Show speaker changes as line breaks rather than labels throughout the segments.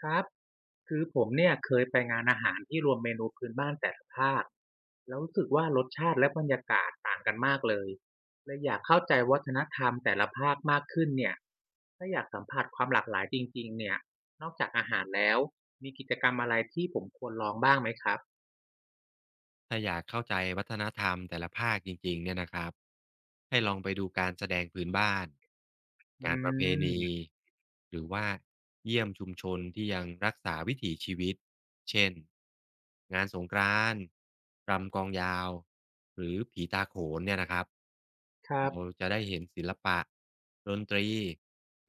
ครับคือผมเนี่ยเคยไปงานอาหารที่รวมเมนูพื้นบ้านแต่ละภาคแล้วรู้สึกว่ารสชาติและบรรยากาศต่างกันมากเลยเลยอยากเข้าใจวัฒนธรรมแต่ละภาคมากขึ้นเนี่ยถ้าอยากสัมผัสความหลากหลายจริงๆเนี่ยนอกจากอาหารแล้วมีกิจกรรมอะไรที่ผมควรลองบ้างไหมครับ
ถ้าอยากเข้าใจวัฒนธรรมแต่ละภาคจริงๆเนี่ยนะครับให้ลองไปดูการแสดงพื้นบ้าน
อื
งานประเพณี
ม
หรือว่าเยี่ยมชุมชนที่ยังรักษาวิถีชีวิตเช่นงานสงกรานต์รำกลองยาวหรือผีตาโขนเนี่ยนะครับ
ครั
เรา
บ
จะได้เห็นศิลปะดนตรี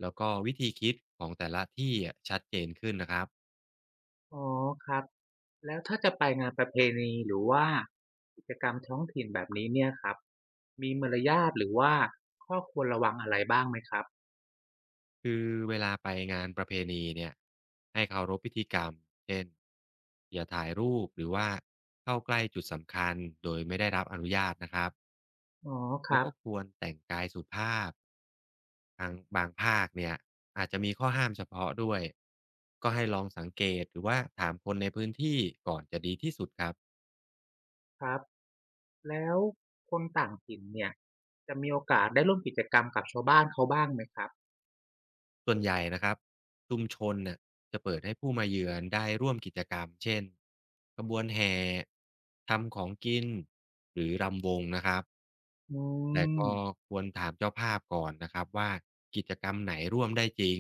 แล้วก็วิธีคิดของแต่ละที่อะชัดเจนขึ้นนะครับ
อ๋อครับแล้วถ้าจะไปงานประเพณีหรือว่ากิจกรรมท้องถิ่นแบบนี้เนี่ยครับมีมารยาทหรือว่าข้อควรระวังอะไรบ้างไหมครับ
คือเวลาไปงานประเพณีเนี่ยให้เคารพพิธีกรรม เช่นอย่าถ่ายรูปหรือว่าเข้าใกล้จุดสำคัญโดยไม่ได้รับอนุญาตนะครับ
อ๋อค
แล้ว
รับ
ก็ควรแต่งกายสุภาพทางบางภาคเนี่ยอาจจะมีข้อห้ามเฉพาะด้วยก็ให้ลองสังเกตหรือว่าถามคนในพื้นที่ก่อนจะดีที่สุดครับ
ครับแล้วคนต่างถิ่นเนี่ยจะมีโอกาสได้ร่วมกิจกรรมกับชาวบ้านเขาบ้างไหมครับ
ส่วนใหญ่นะครับชุมชนน่ะจะเปิดให้ผู้มาเยือนได้ร่วมกิจกรรมเช่นขบวนแห่ทำของกินหรือรำวงนะครับ
อื
แต่
ม
ก็ควรถามเจ้าภาพก่อนนะครับว่ากิจกรรมไหนร่วมได้จริง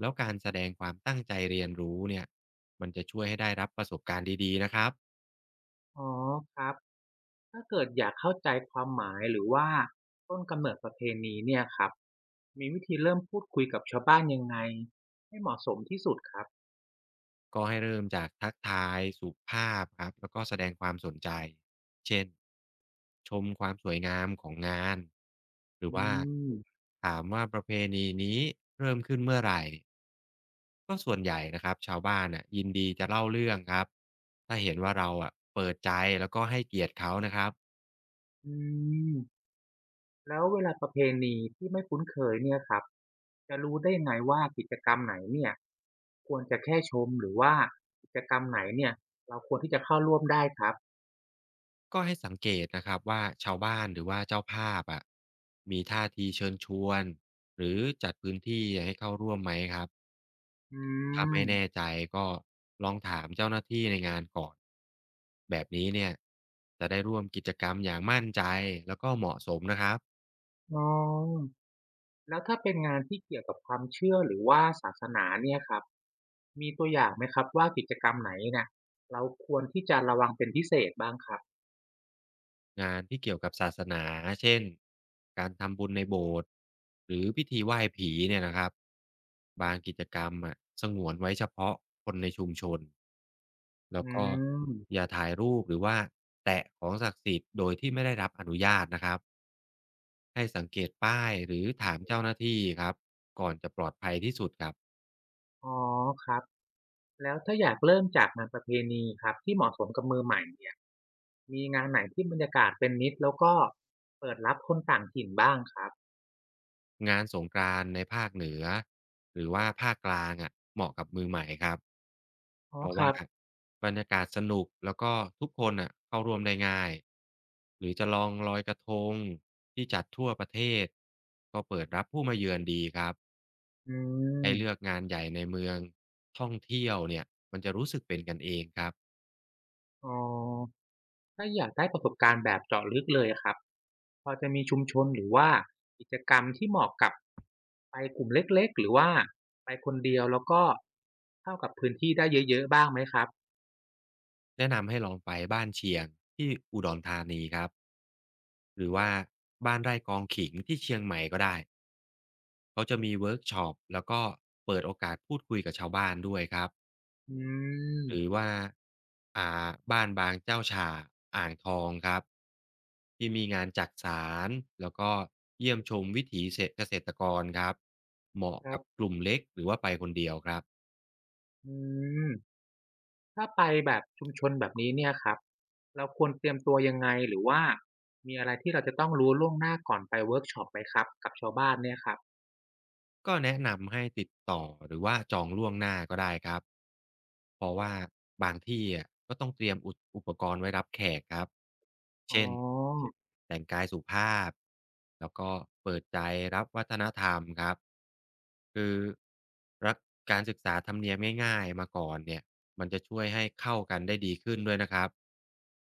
แล้วการแสดงความตั้งใจเรียนรู้เนี่ยมันจะช่วยให้ได้รับประสบการณ์ดีๆนะครับ
อ๋อครับถ้าเกิดอยากเข้าใจความหมายหรือว่าต้นกำเนิดประเพณีเนี่ยครับมีวิธีเริ่มพูดคุยกับชาวบ้านยังไงให้เหมาะสมที่สุดครับ
ก็ให้เริ่มจากทักทายสุภาพครับแล้วก็แสดงความสนใจเช่นชมความสวยงามของงานหรือ
อื
ว่า
ม
ถามว่าประเพณีนี้เริ่มขึ้นเมื่อไหร่ ก็ส่วนใหญ่นะครับชาวบ้านน่ะยินดีจะเล่าเรื่องครับถ้าเห็นว่าเราอ่ะเปิดใจแล้วก็ให้เกียรติเขานะครับ
อืมแล้วเวลาประเพณีที่ไม่คุ้นเคยเนี่ยครับจะรู้ได้ยังไงว่ากิจกรรมไหนเนี่ยควรจะแค่ชมหรือว่ากิจกรรมไหนเนี่ยเราควรที่จะเข้าร่วมได้ครับ
ก็ให้สังเกตนะครับว่าชาวบ้านหรือว่าเจ้าภาพอ่ะมีท่าทีเชิญชวนหรือจัดพื้นที่ให้เข้าร่วมไหมครับ
อื
ถ้า
ม
ไม่แน่ใจก็ลองถามเจ้าหน้าที่ในงานก่อนแบบนี้เนี่ยจะได้ร่วมกิจกรรมอย่างมั่นใจแล้วก็เหมาะสมนะครับ
อ๋อแล้วถ้าเป็นงานที่เกี่ยวกับความเชื่อหรือว่าศาสนาเนี่ยครับมีตัวอย่างไหมครับว่ากิจกรรมไหนเนี่ยเราควรที่จะระวังเป็นพิเศษบ้างครับ
งานที่เกี่ยวกับศาสนาเช่นการทำบุญในโบสถ์หรือพิธีไหว้ผีเนี่ยนะครับบางกิจกรรมอะสงวนไว้เฉพาะคนในชุมชนแล้
อื
วก็อ
ม
ย่าถ่ายรูปหรือว่าแตะของศักดิ์สิทธิ์โดยที่ไม่ได้รับอนุญาตนะครับให้สังเกตป้ายหรือถามเจ้าหน้าที่ครับก่อนจะปลอดภัยที่สุดครับ
อ๋อครับ แล้วถ้าอยากเริ่มจากงานประเพณีครับที่เหมาะสมกับมือใหม่เนี่ยมีงานไหนที่บรรยากาศเป็นมิตรแล้วก็เปิดรับคนต่างถิ่นบ้างครับ
งานสงกรานต์ในภาคเหนือหรือว่าภาคกลางอะเหมาะกับมือใหม่ครับ
อ๋อ
เพราะ
ค
ว่า
รับ
บรรยากาศสนุกแล้วก็ทุกคนน่ะเข้าร่วมได้ง่ายหรือจะลองลอยกระทงที่จัดทั่วประเทศก็เปิดรับผู้มาเยือนดีครับ
อื
ให้
ม
เลือกงานใหญ่ในเมืองท่องเที่ยวเนี่ยมันจะรู้สึกเป็นกันเองครับ
อ๋อถ้าอยากได้ประสบการณ์แบบเจาะลึกเลยครับพอจะมีชุมชนหรือว่ากิจกรรมที่เหมาะกับไปกลุ่มเล็กๆหรือว่าไปคนเดียวแล้วก็เข้ากับพื้นที่ได้เยอะๆบ้างไหมครับ
แนะนำให้ลองไปบ้านเชียงที่อุดรธานีครับหรือว่าบ้านไร่กองขิงที่เชียงใหม่ก็ได้เขาจะมีเวิร์กช็อปแล้วก็เปิดโอกาสพูดคุยกับชาวบ้านด้วยครับ
อื
หรือ
ม
ว่าบ้านบางเจ้าฉ่าอ่างทองครับที่มีงานจักสารแล้วก็เยี่ยมชมวิถีเกษตรกรครับเหมาะ
ครั
กับ
บ
กลุ่มเล็กหรือว่าไปคนเดียวครับ
อืม ถ้าไปแบบชุมชนแบบนี้เนี่ยครับเราควรเตรียมตัวยังไงหรือว่ามีอะไรที่เราจะต้องรู้ล่วงหน้าก่อนไปเวิร์กช็อปไหมครับกับชาวบ้านเนี่ยครับ
ก็แนะนำให้ติดต่อหรือว่าจองล่วงหน้าก็ได้ครับเพราะว่าบางที่อะก็ต้องเตรียมอุปกรณ์ไว้รับแขกครับ
อ๋
เช่น
อ
แต่งกายสุภาพแล้วก็เปิดใจรับวัฒนธรรมครับคือรักการศึกษาธรรมเนียมง่ายๆมาก่อนเนี่ยมันจะช่วยให้เข้ากันได้ดีขึ้นด้วยนะครับ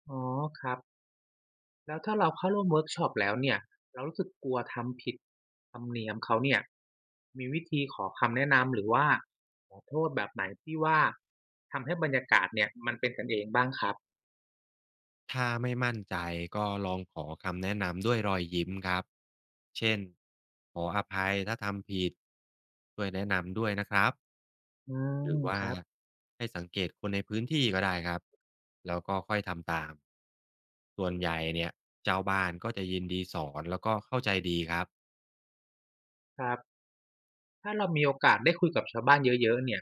อ๋อครับแล้วถ้าเราเข้าร่วมเวิร์กช็อปแล้วเนี่ยเรารู้สึกกลัวทำผิดธรรมเนียมเขาเนี่ยมีวิธีขอคำแนะนำหรือว่าขอโทษแบบไหนที่ว่าทำให้บรรยากาศเนี่ยมันเป็นกันเองบ้างครับ
ถ้าไม่มั่นใจก็ลองขอคำแนะนำด้วยรอยยิ้มครับ เช่น ขออภัยถ้าทำผิดช่วยแนะนำด้วยนะครับ
อื
ห
ม
รือ
ค
ว่า
รับ
ให้สังเกตคนในพื้นที่ก็ได้ครับ แล้วก็ค่อยทำตาม ส่วนใหญ่เนี่ยเจ้าบ้านก็จะยินดีสอนแล้วก็เข้าใจดีครับ
ครับ ถ้าเรามีโอกาสได้คุยกับชาวบ้านเยอะๆเนี่ย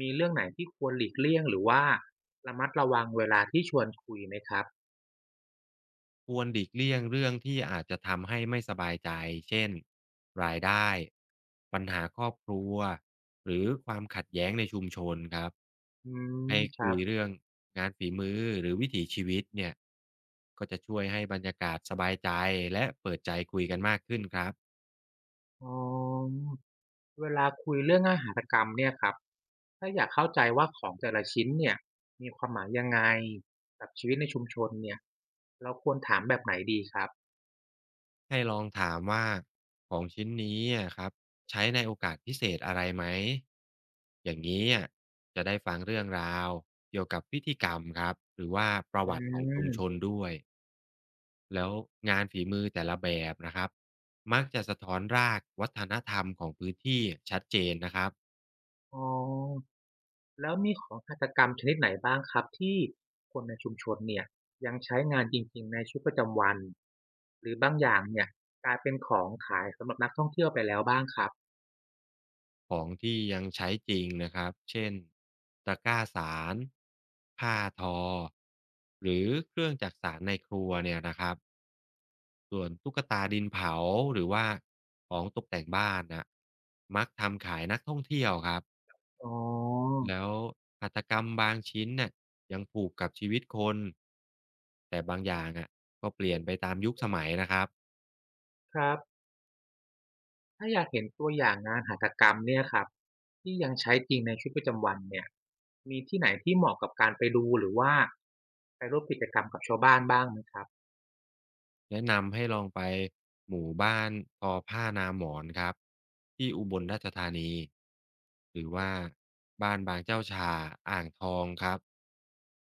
มีเรื่องไหนที่ควรหลีกเลี่ยงหรือว่าระมัดระวังเวลาที่ชวนคุยไหมครับ
ควรหลีกเลี่ยงเรื่องที่อาจจะทำให้ไม่สบายใจ เช่น รายได้ ปัญหาครอบครัว หรือความขัดแย้งในชุมชนครับ
อืม
ให้
ค
คุ
รับ
ยเรื่องงานฝีมือหรือวิถีชีวิตเนี่ย ก็จะช่วยให้บรรยากาศสบายใจและเปิดใจคุยกันมากขึ้นครับ
อ๋อเวลาคุยเรื่องอาหารกรรมเนี่ยครับถ้าอยากเข้าใจว่าของแต่ละชิ้นเนี่ยมีความหมายยังไงกับชีวิตในชุมชนเนี่ยเราควรถามแบบไหนดีครับ
ให้ลองถามว่าของชิ้นนี้อะครับใช้ในโอกาสพิเศษอะไรไหมอย่างนี้อะจะได้ฟังเรื่องราวเกี่ยวกับพิธีกรรมครับหรือว่าประ
อื
วัติของชุมช
ม
นด้วยแล้วงานฝีมือแต่ละแบบนะครับมักจะสะท้อนรากวัฒนธรรมของพื้นที่ชัดเจนนะครับ
อ๋อ แล้วมีของหัตถกรรมชนิดไหนบ้างครับที่คนในชุมชนเนี่ยยังใช้งานจริงๆในชีวิตประจำวันหรือบางอย่างเนี่ยกลายเป็นของขายสำหรับนักท่องเที่ยวไปแล้วบ้างครับ
ของที่ยังใช้จริงนะครับเช่นตะกร้าสารผ้าทอหรือเครื่องจักสารในครัวเนี่ยนะครับ ส่วนตุ๊กตาดินเผาหรือว่าของตกแต่งบ้านน่ะมักทำขายนักท่องเที่ยวครับ
อ๋อ
แล้วหัตถกรรมบางชิ้นน่ะยังผูกกับชีวิตคนแต่บางอย่างอะก็เปลี่ยนไปตามยุคสมัยนะครับ
ครับถ้าอยากเห็นตัวอย่างงานหัตถกรรมเนี่ยครับที่ยังใช้จริงในชีวิตประจำวันเนี่ยมีที่ไหนที่เหมาะกับการไปดูหรือว่าไปร่วมกิจกรรมกับชาวบ้านบ้างไหมครับ
แนะนำให้ลองไปหมู่บ้านทอผ้านาหมอนครับที่อุบลราชธานีหรือว่าบ้านบางเจ้าชาอ่างทองครับ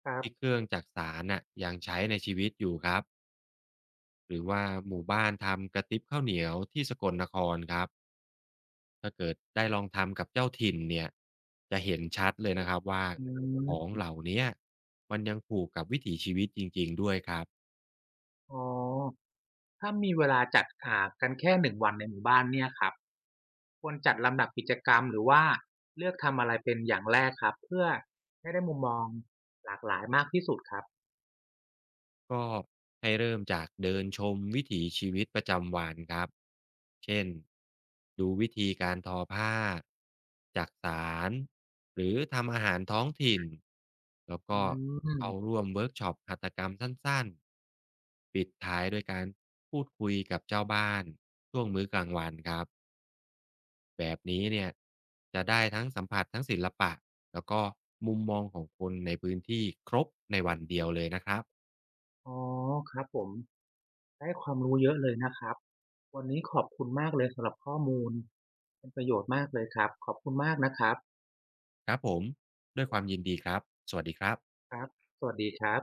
ครั
ที่
บ
เครื่องจักสานน่ะยังใช้ในชีวิตอยู่ครับ หรือว่าหมู่บ้านทำกระติบข้าวเหนียวที่สกลนครครับถ้าเกิดได้ลองทำกับเจ้าถิ่นเนี่ยจะเห็นชัดเลยนะครับว่า
อื
ของ
ม
เหล่าเนี้ยมันยังผูกกับวิถีชีวิตจริงๆด้วยครับ
อ๋อถ้ามีเวลาจัดกันแค่1 วันในหมู่บ้านเนี่ยครับ ควรจัดลำดับกิจกรรมหรือว่าเลือกทำอะไรเป็นอย่างแรกครับเพื่อให้ได้มุมมองหลากหลายมากที่สุดครับ
ก็ให้เริ่มจากเดินชมวิถีชีวิตประจำวันครับ เช่นดูวิธีการทอผ้าจักสาร หรือทำอาหารท้องถิ่น แล้ว
อื
ก็
ม
เข้าร่วมเวิร์กช็อปหัตถกรรมสั้น ๆ ปิดท้ายด้วยการพูดคุยกับเจ้าบ้านช่วงมื้อกลางวันครับ แบบนี้เนี่ยจะได้ทั้งสัมผัสทั้งศิลปะแล้วก็มุมมองของคนในพื้นที่ครบในวันเดียวเลยนะครับ
อ๋อครับผมได้ความรู้เยอะเลยนะครับวันนี้ขอบคุณมากเลยสำหรับข้อมูลเป็นประโยชน์มากเลยครับขอบคุณมากนะครับ
ครับผมด้วยความยินดีครับสวัสดีครับ
ครับสวัสดีครับ